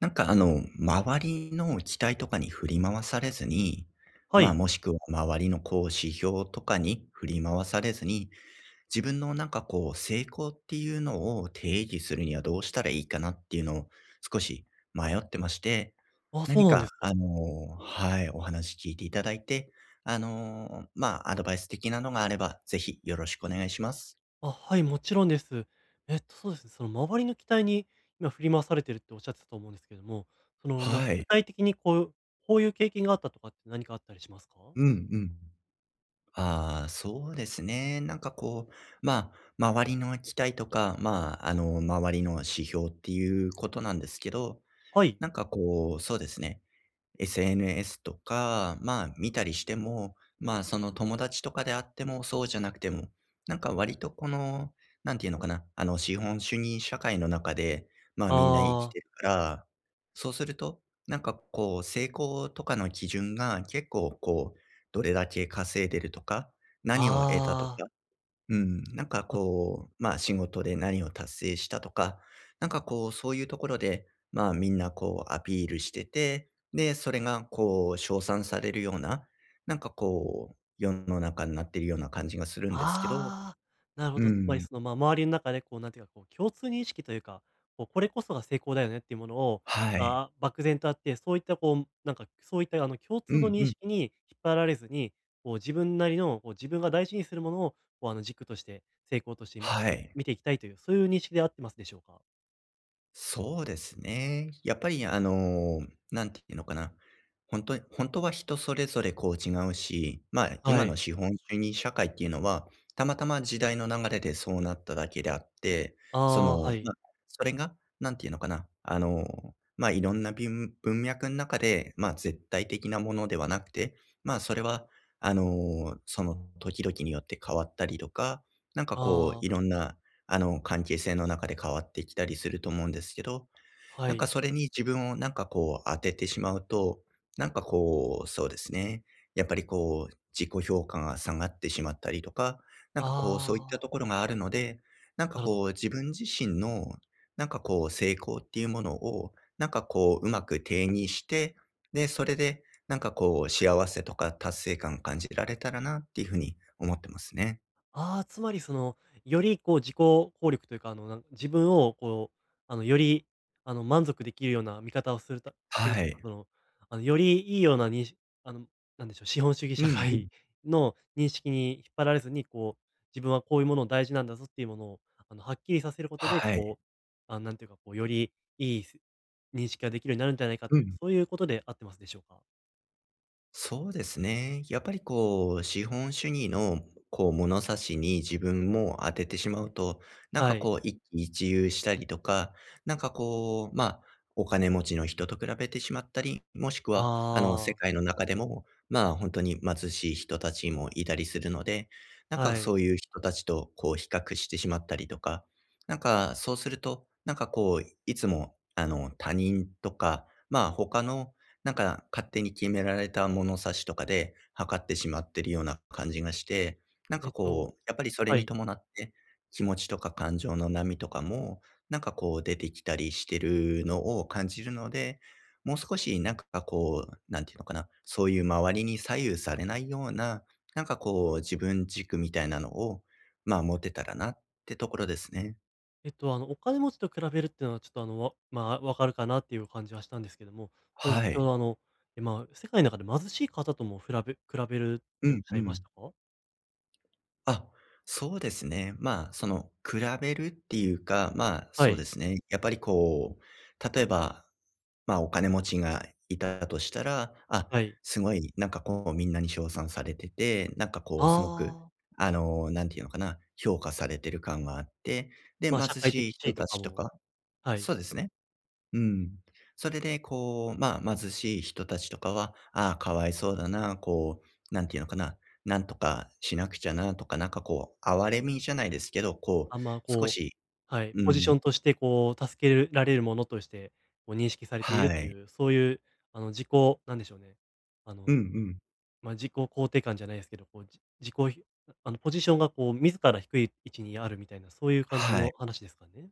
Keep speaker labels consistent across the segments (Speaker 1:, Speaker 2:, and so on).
Speaker 1: 周りの期待とかに振り回されずに、
Speaker 2: は
Speaker 1: まあ、
Speaker 2: い。
Speaker 1: もしくは周りの指標とかに振り回されずに、自分の成功っていうのを定義するにはどうしたらいいかなっていうのを少し迷ってまして、
Speaker 2: あ、そう
Speaker 1: 何
Speaker 2: なんで
Speaker 1: か
Speaker 2: す
Speaker 1: あ
Speaker 2: か。
Speaker 1: の、はい、お話聞いていただいて、まあ、アドバイス的なのがあれば、ぜひよろしくお願いします。
Speaker 2: あ、はい、もちろんです。そうですね、その周りの期待に今振り回されてるっておっしゃってたと思うんですけども、そのなんか
Speaker 1: は
Speaker 2: 具
Speaker 1: い。
Speaker 2: 体的にこう、こういう経験があったとかって何かあったりしますか？
Speaker 1: うんうん。ああ、そうですね。まあ、周りの期待とか、まあ、周りの指標っていうことなんですけど、
Speaker 2: はい。
Speaker 1: そうですね。SNS とか、まあ、見たりしても、まあ、その友達とかであっても、そうじゃなくても、割とこの、なんていうのかな、あの、資本主義社会の中で、まあ、みんな生き
Speaker 2: ああ、
Speaker 1: てるから、そうすると、成功とかの基準が結構どれだけ稼いでるとか、何を得たと
Speaker 2: ああ。
Speaker 1: か、うん、
Speaker 2: ま
Speaker 1: まあ仕事で何を達成したとか、そういうところで、まあみんなアピールしてて、で、それが称賛されるような、世の中になってるような感じがするんですけど、
Speaker 2: ああ、なるほ
Speaker 1: う
Speaker 2: ど。つまり
Speaker 1: ん、
Speaker 2: その、まあ、周りの中でこう、なんていうか、こう、共通認識というか、こう、これこそが成功だよねっていうものを、
Speaker 1: はい。
Speaker 2: あー漠然とあって、そういったこう、なんか、そういったあの、共
Speaker 1: う
Speaker 2: 通の
Speaker 1: ん
Speaker 2: 認
Speaker 1: うん、
Speaker 2: 識に引っ張られずに、こう、自分なりの、こう、自分が大事にするものを、こう、あの、軸として、成功として、
Speaker 1: はい。
Speaker 2: 見ていきたいという、そういう認識で合ってますでしょうか？
Speaker 1: そうですね。やっぱりあの、なんていうのかな。本当に本当は人それぞれ違うし、まあ、
Speaker 2: は
Speaker 1: 今の
Speaker 2: い。
Speaker 1: 資本主義社会っていうのは、たまたま時代の流れでそうなっただけであって、
Speaker 2: あ
Speaker 1: そ
Speaker 2: あ、
Speaker 1: の、
Speaker 2: は
Speaker 1: ま
Speaker 2: い。
Speaker 1: あ、それが、なんていうのかな、あの、まあ、いろんな文脈の中で、まあ、絶対的なものではなくて、まあ、それはその時々によって変わったりとか、
Speaker 2: ああ、
Speaker 1: いろんな関係性の中で変わってきたりすると思うんですけど、
Speaker 2: はい。
Speaker 1: それに自分を当ててしまうと、なんかこう、そうですね、やっぱり自己評価が下がってしまったりとか、そういった
Speaker 2: ああ、
Speaker 1: ところがあるので、
Speaker 2: なるほど。
Speaker 1: 自分自身の、成功っていうものを、うまく定義して、で、それで、幸せとか達成感感じられたらなっていうふうに思ってますね。
Speaker 2: ああ、つまりその、よりこう自己効力というか、あの、自分をこう、あの、より、あの、満足できるような見方をする
Speaker 1: は
Speaker 2: というか、
Speaker 1: い。
Speaker 2: その、あの、よりいいようなにあの、なんでしょう、資本主義
Speaker 1: う
Speaker 2: 社
Speaker 1: んうん。
Speaker 2: 会 の認識に引っ張られずに、こう、自分はこういうものを大事なんだぞっていうものを、あの、はっきりさせることで、
Speaker 1: はい。
Speaker 2: こう、あ、なんていうか、こう、よりいい認識ができるようになるんじゃないか
Speaker 1: う
Speaker 2: という、
Speaker 1: ん。
Speaker 2: そういうことで合ってますでしょうか？
Speaker 1: そうですね。やっぱり資本主義の物差しに自分も当ててしまうと、
Speaker 2: はい。
Speaker 1: 一喜一憂したりとか、まあ、お金持ちの人と比べてしまったり、もしくは、世
Speaker 2: あ
Speaker 1: 界
Speaker 2: あ、
Speaker 1: の中でも、まあ、本当に貧しい人たちもいたりするので、
Speaker 2: は
Speaker 1: そう
Speaker 2: い。
Speaker 1: いう人たちと比較してしまったりとか、そうすると、なんかこう、いつも、あの、他人とか、まあ、他の勝手に決められた物差しとかで測ってしまってるような感じがして、
Speaker 2: えっと
Speaker 1: やっぱりそれ
Speaker 2: は
Speaker 1: に
Speaker 2: い。
Speaker 1: 伴って、気持ちとか感情の波とかも、出てきたりしてるのを感じるので、もう少しなんかこう、なんていうのかな、そういう周りに左右されないような、自分軸みたいなのを、まあ持てたらなってところですね。
Speaker 2: あの、お金持ちと比べるっていうのは、ちょっと、あの、まあ、わかるかなっていう感じはしたんですけども、その、
Speaker 1: は
Speaker 2: 先ほ
Speaker 1: い。
Speaker 2: ど、あの、え、まあ、世界の中で貧しい方ともふらべ比べるっ
Speaker 1: う
Speaker 2: ておっ
Speaker 1: ん
Speaker 2: し
Speaker 1: う
Speaker 2: ゃいまし
Speaker 1: ん。
Speaker 2: たか？
Speaker 1: あ、そうですね。まあ、その、比べるっていうか、まあ、
Speaker 2: は
Speaker 1: そうで
Speaker 2: い、
Speaker 1: すね。やっぱり例えば、まあ、お金持ちがいたとしたら、あ、
Speaker 2: はい。
Speaker 1: すごい、みんなに称賛されてて、すごく、
Speaker 2: ああ、
Speaker 1: あの、なんていうのかな、評価されてる感があって、で、
Speaker 2: まあ、
Speaker 1: 貧
Speaker 2: 社会
Speaker 1: しい
Speaker 2: 的地
Speaker 1: 人
Speaker 2: 位と
Speaker 1: た
Speaker 2: か
Speaker 1: ちと
Speaker 2: も、
Speaker 1: か、
Speaker 2: はい、
Speaker 1: そうですね。うん。それで、こう、まあ、貧しい人たちとかは、ああ、かわいそうだな、こう、なんていうのかな、なんとかしなくちゃなとか、哀れみじゃないですけど、こう、
Speaker 2: あんま、
Speaker 1: 少
Speaker 2: こ
Speaker 1: し、
Speaker 2: はい、
Speaker 1: う
Speaker 2: ポジショ
Speaker 1: ん、
Speaker 2: ンとして、こう、助けるられるものとして、こう、認識されている
Speaker 1: は
Speaker 2: と
Speaker 1: い。
Speaker 2: いう、そういう、あの、なんでしょうね、あ
Speaker 1: うん
Speaker 2: の
Speaker 1: うん。
Speaker 2: まあ、自己肯定感じゃないですけど、こう、じ自己ひあの、ポジションがこう自ら低い位置にあるみたいな、そういう感じ
Speaker 1: はい。
Speaker 2: の話ですかね？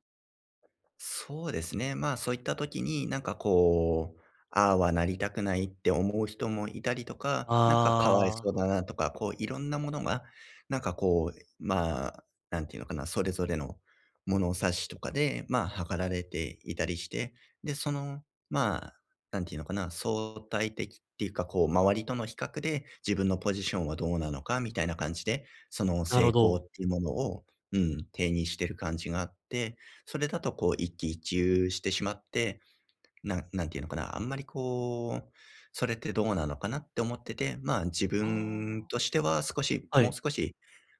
Speaker 1: そうですね。まあ、そういった時に、ああはなりたくないって思う人もいたりとか、かわい
Speaker 2: あ
Speaker 1: そ
Speaker 2: あ、
Speaker 1: うだなとか、いろんなものが、なんかこう、まあ、なんていうのかな、それぞれの物差しとかで、まあ、測られていたりして、で、その、まあ、なんていうのかな、相対的っていうか、こう、周りとの比較で自分のポジションはどうなのかみたいな感じで、その
Speaker 2: なる
Speaker 1: 成
Speaker 2: ほ
Speaker 1: 功っ
Speaker 2: ど。
Speaker 1: ていうものを、うん、定にしてる感じがあって、それだと一喜一憂してしまって、ななんていうのかな、あんまりこう、それってどうなのかなって思ってて、まあ自分
Speaker 2: あ
Speaker 1: としては少し、
Speaker 2: あ、は
Speaker 1: もう
Speaker 2: い。
Speaker 1: 少し、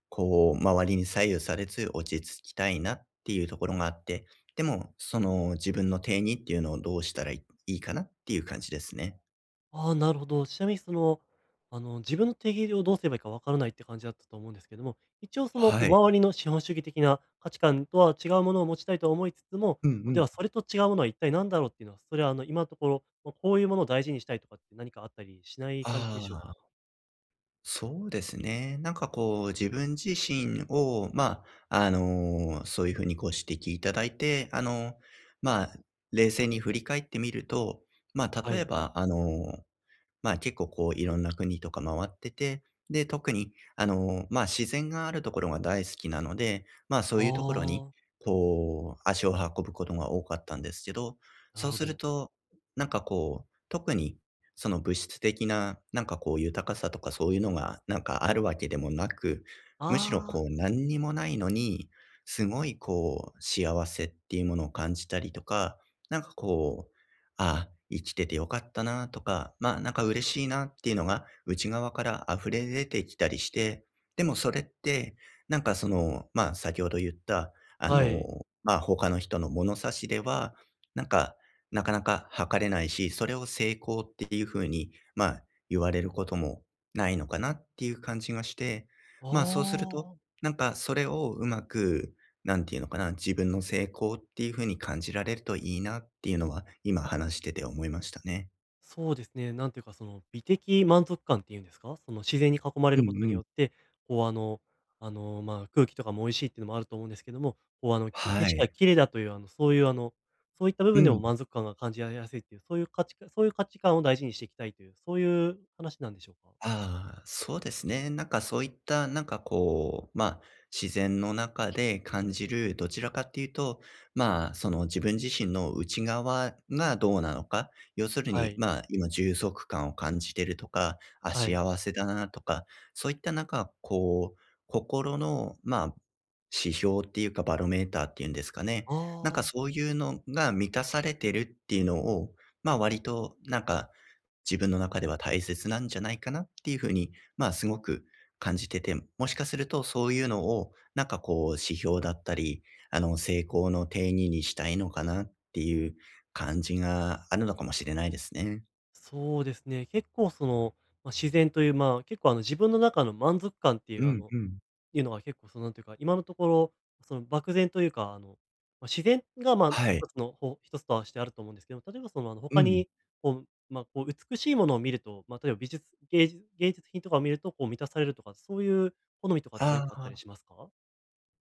Speaker 1: こう、周りに左右されず落ち着きたいなっていうところがあって、でも、その自分の定義っていうのをどうしたらいいかなっていう感じですね。
Speaker 2: ああ、なるほど。ちなみにその、あの、自分の定義をどうすればいいかわからないって感じだったと思うんですけども、一応その、こ
Speaker 1: は
Speaker 2: う、
Speaker 1: い。
Speaker 2: 周りの資本主義的な価値観とは違うものを持ちたいと思いつつも、
Speaker 1: うんう
Speaker 2: で
Speaker 1: ん。
Speaker 2: はそれと違うものは一体何だろうっていうのは、それはあの、今のところ、ま、こういうものを大事にしたいとかって何かあったりしない感じでしょうか？
Speaker 1: ああ。そうですね。自分自身を、まあ、そういうふうにご指摘いただいて、まあ、冷静に振り返ってみると、まあ、
Speaker 2: は
Speaker 1: 例え
Speaker 2: い。
Speaker 1: ば、まあ、結構いろんな国とか回ってて、で、特にまあ、自然があるところが大好きなので、まあ、そ
Speaker 2: あ
Speaker 1: ういうところに
Speaker 2: あ。
Speaker 1: 足を運ぶことが多かったんですけど、
Speaker 2: な
Speaker 1: そう
Speaker 2: るほ
Speaker 1: する
Speaker 2: ど。
Speaker 1: と、特にその物質的な豊かさとかそういうのがあるわけでもなく、むしろ
Speaker 2: あ
Speaker 1: 何にもないのに、すごい幸せっていうものを感じたりとか、なんかこうああ、生きててよかったなとか、まあ嬉しいなっていうのが内側から溢れ出てきたりして、でもそれって、その、まあ先ほど言った、
Speaker 2: あ、はい。
Speaker 1: まあ他の人の物差しでは、なんかなかなか測れないし、それを成功っていうふうに、まあ言われることもないのかなっていう感じがして、まあそうすると、
Speaker 2: ああ、
Speaker 1: それをうまくなんていうのかな、自分の成功っていう風に感じられるといいなっていうのは、今話してて思いましたね。
Speaker 2: そうですね。なんていうか、その、美的満足感っていうんですか？その、自然に囲まれ
Speaker 1: う
Speaker 2: ること
Speaker 1: ん
Speaker 2: に
Speaker 1: うん。
Speaker 2: よって、こう、あの、まあ、空気とかも美味しいっていうのもあると思うんですけども、こう、あの、景
Speaker 1: は
Speaker 2: 色
Speaker 1: い。
Speaker 2: が綺麗だという、あの、そういう、あの、そういった部
Speaker 1: う
Speaker 2: 分でも
Speaker 1: ん。
Speaker 2: 満足感が感じられやすいっていう、そういう価値観を大事にしていきたいという、そういう話なんでしょうか？
Speaker 1: ああ、そうですね。なんかそういった、なんかこう、まあ、自然の中で感じる、どちらかっていうと、まあ、その自分自身の内側がどうなのか、要する
Speaker 2: は
Speaker 1: に、
Speaker 2: い、
Speaker 1: まあ、今、充足感を感じてるとか、あ、
Speaker 2: はい。
Speaker 1: 幸せだなとか、そういったなんか、こう、心の、まあ、指標っていうか、バロメーターっていうんですかね。
Speaker 2: ああ、
Speaker 1: そういうのが満たされてるっていうのを、まあ割と自分の中では大切なんじゃないかなっていうふうに、まあ、すごく感じてて、もしかするとそういうのを、指標だったり、成功の定義にしたいのかなっていう感じがあるのかもしれないですね。
Speaker 2: そうですね。結構、その、まあ、自然という、まあ、結構、あの、自分の中の満足感ってい
Speaker 1: う
Speaker 2: う、
Speaker 1: んうん。
Speaker 2: いうのが結構そのなんていうか、今のところ、その漠然というか、あの、まあ、自然がまあ、
Speaker 1: はい。
Speaker 2: 一つのほつとはしてあると思うんですけど、例えばその、あの、
Speaker 1: う
Speaker 2: 他
Speaker 1: ん。
Speaker 2: にこう、まあ、こう美しいものを見ると、まあ、例えば芸術品とかを見るとこう満たされるとか、そういう好みとかって何
Speaker 1: あ
Speaker 2: かあったり
Speaker 1: あ、
Speaker 2: しますか？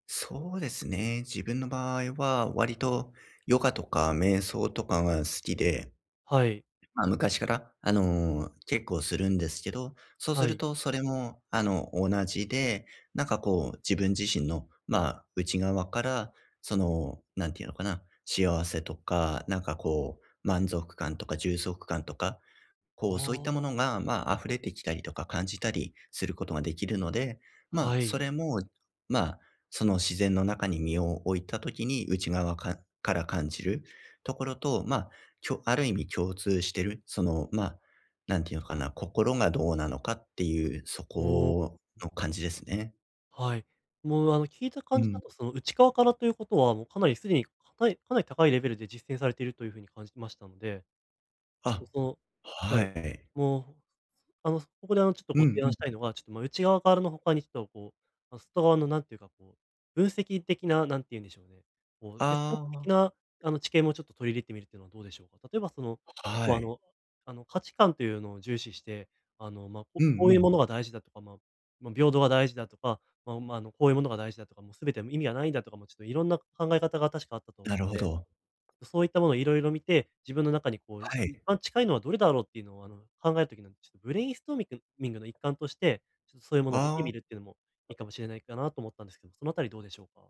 Speaker 1: そうですね。自分の場合は割とヨガとか瞑想とかが好きで、
Speaker 2: はい、
Speaker 1: まあ、昔から、結構するんですけど、そうす
Speaker 2: は
Speaker 1: る
Speaker 2: い。
Speaker 1: とそれも、同じで、自分自身の、まあ、内側から、その、なんていうのかな、幸せとか、満足感とか充足感とか
Speaker 2: あ
Speaker 1: そういったもの
Speaker 2: あ、
Speaker 1: が、まあ、溢れてきたりとか感じたりすることができるので、まあ、
Speaker 2: は
Speaker 1: そ
Speaker 2: い。
Speaker 1: れも、まあ、その自然の中に身を置いたときに内側かから感じるところと、まあ、ある意味共通してる、その、まあ、なんていうのかな、心がどうなのかっていう、そ
Speaker 2: おお、
Speaker 1: この感じですね。
Speaker 2: はい。もうあの、聞いた感
Speaker 1: う
Speaker 2: じ
Speaker 1: ん。
Speaker 2: だとその内側からということは、もうかなりすでに、かなり高いレベルで実践されているという風に感じましたので、ちょっ
Speaker 1: あ、
Speaker 2: とそのは
Speaker 1: は
Speaker 2: い。
Speaker 1: い。
Speaker 2: もうあの、ここであの、ちょっと
Speaker 1: う
Speaker 2: ご
Speaker 1: ん
Speaker 2: 提
Speaker 1: う
Speaker 2: 案
Speaker 1: ん。
Speaker 2: したいのが、ちょっと、ま、内側からの他にちょっとこう、あの、外側のなんていうか、こう、分析的な、なんて言うんでしょうね、こう、哲学的
Speaker 1: あ
Speaker 2: な、あの、知見もちょっと取り入れてみるっていうのはどうでしょうか？例えばその、
Speaker 1: あ、
Speaker 2: 結構
Speaker 1: は
Speaker 2: あ
Speaker 1: い。
Speaker 2: のあの、価値観というのを重視して、あの、ま、
Speaker 1: うんう
Speaker 2: こういう
Speaker 1: ん。
Speaker 2: ものが大事だとか、ま、ま平等が大事だとか、ま、あの、こういうものが大事だとか、もう全ては意味がないんだとかも、ちょっといろんな考え方が確かあったと
Speaker 1: な
Speaker 2: 思うん
Speaker 1: るほ
Speaker 2: で
Speaker 1: ど。
Speaker 2: そういったものをいろいろ見て、自分の中にこう、
Speaker 1: はい。
Speaker 2: 一番近いのはどれだろうっていうのを、あの、考える時の、ちょっとブレインストーミングの一環として、ちょっとそういうものを見て
Speaker 1: あ
Speaker 2: みるっ
Speaker 1: あ。
Speaker 2: ていうのもいいかもしれないかなと思ったんですけど、そのあたりどうでしょうか？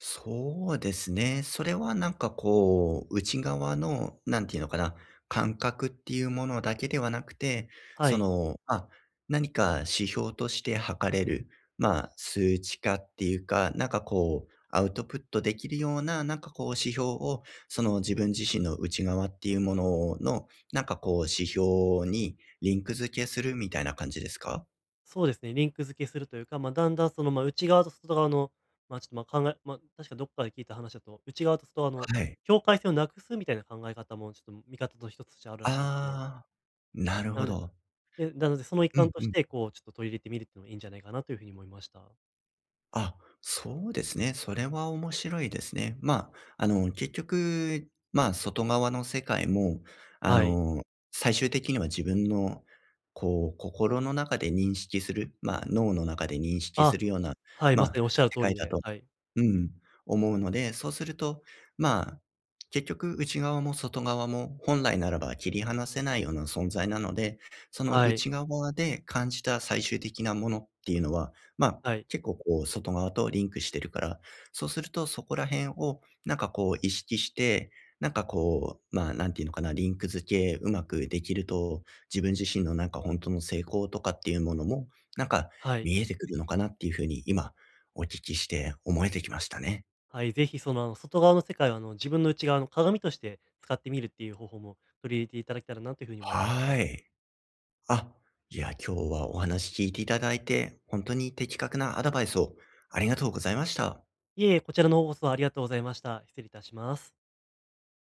Speaker 1: そうですね。それは内側の、なんていうのかな、感覚っていうものだけではなくて、
Speaker 2: は
Speaker 1: そ
Speaker 2: い。
Speaker 1: の、ま、何か指標として測れる、まあ、数値化っていうか、アウトプットできるような、指標を、その自分自身の内側っていうものの、指標にリンク付けするみたいな感じですか？
Speaker 2: そうですね、リンク付けするというか、まあ、だんだんその、まあ、内側と外側の、まあ、ちょっと、まあ、確かどっかで聞いた話だと、内側と外側の
Speaker 1: はい。
Speaker 2: 境界線をなくすみたいな考え方も、ちょっと見方の一つとしてあるらしいんですよ。
Speaker 1: ああ、なる
Speaker 2: な
Speaker 1: ほ
Speaker 2: ので
Speaker 1: ど。
Speaker 2: で、なのでその一
Speaker 1: うん
Speaker 2: 環と
Speaker 1: う
Speaker 2: し
Speaker 1: ん。
Speaker 2: て、こう、ちょっと取り入れてみるっていうのもいいんじゃないかなというふうに思いました。
Speaker 1: あ、そうですね。それは面白いですね。まあ、結局、まあ、外側の世界も、あ
Speaker 2: はい。
Speaker 1: の、最終的には自分の、こう、心の中で認識する、まあ、脳の中で認識す
Speaker 2: あ、
Speaker 1: るような、
Speaker 2: はい、
Speaker 1: ま
Speaker 2: まさ
Speaker 1: あ、
Speaker 2: におっしゃる
Speaker 1: 世
Speaker 2: 通
Speaker 1: 界
Speaker 2: り
Speaker 1: だ
Speaker 2: で、
Speaker 1: と、
Speaker 2: はい。
Speaker 1: うん、思うので、そうすると、まあ、結局内側も外側も本来ならば切り離せないような存在なので、その
Speaker 2: はい。
Speaker 1: 内側で感じた最終的なものっていうのは、まあ、
Speaker 2: はい。
Speaker 1: 結構外側とリンクしてるから、そうするとそこら辺を意識して、まあ、なんていうのかな、リンク付けうまくできると、自分自身の本当の成功とかっていうものも、なんか
Speaker 2: はい。
Speaker 1: 見えてくるのかなっていうふうに今お聞きして思えてきましたね。
Speaker 2: はい、ぜひその、あの、外側の世界を、あの、自分の内側の鏡として使ってみるっていう方法も取り入れていただけたらなというふうに思いまし
Speaker 1: は
Speaker 2: た。
Speaker 1: い。あ、いや、今日はお話聞いていただいて、本当に的確なアドバイスをありがとうございました。
Speaker 2: いえいえ、こちらの方こそありがとうございました。失礼いたします。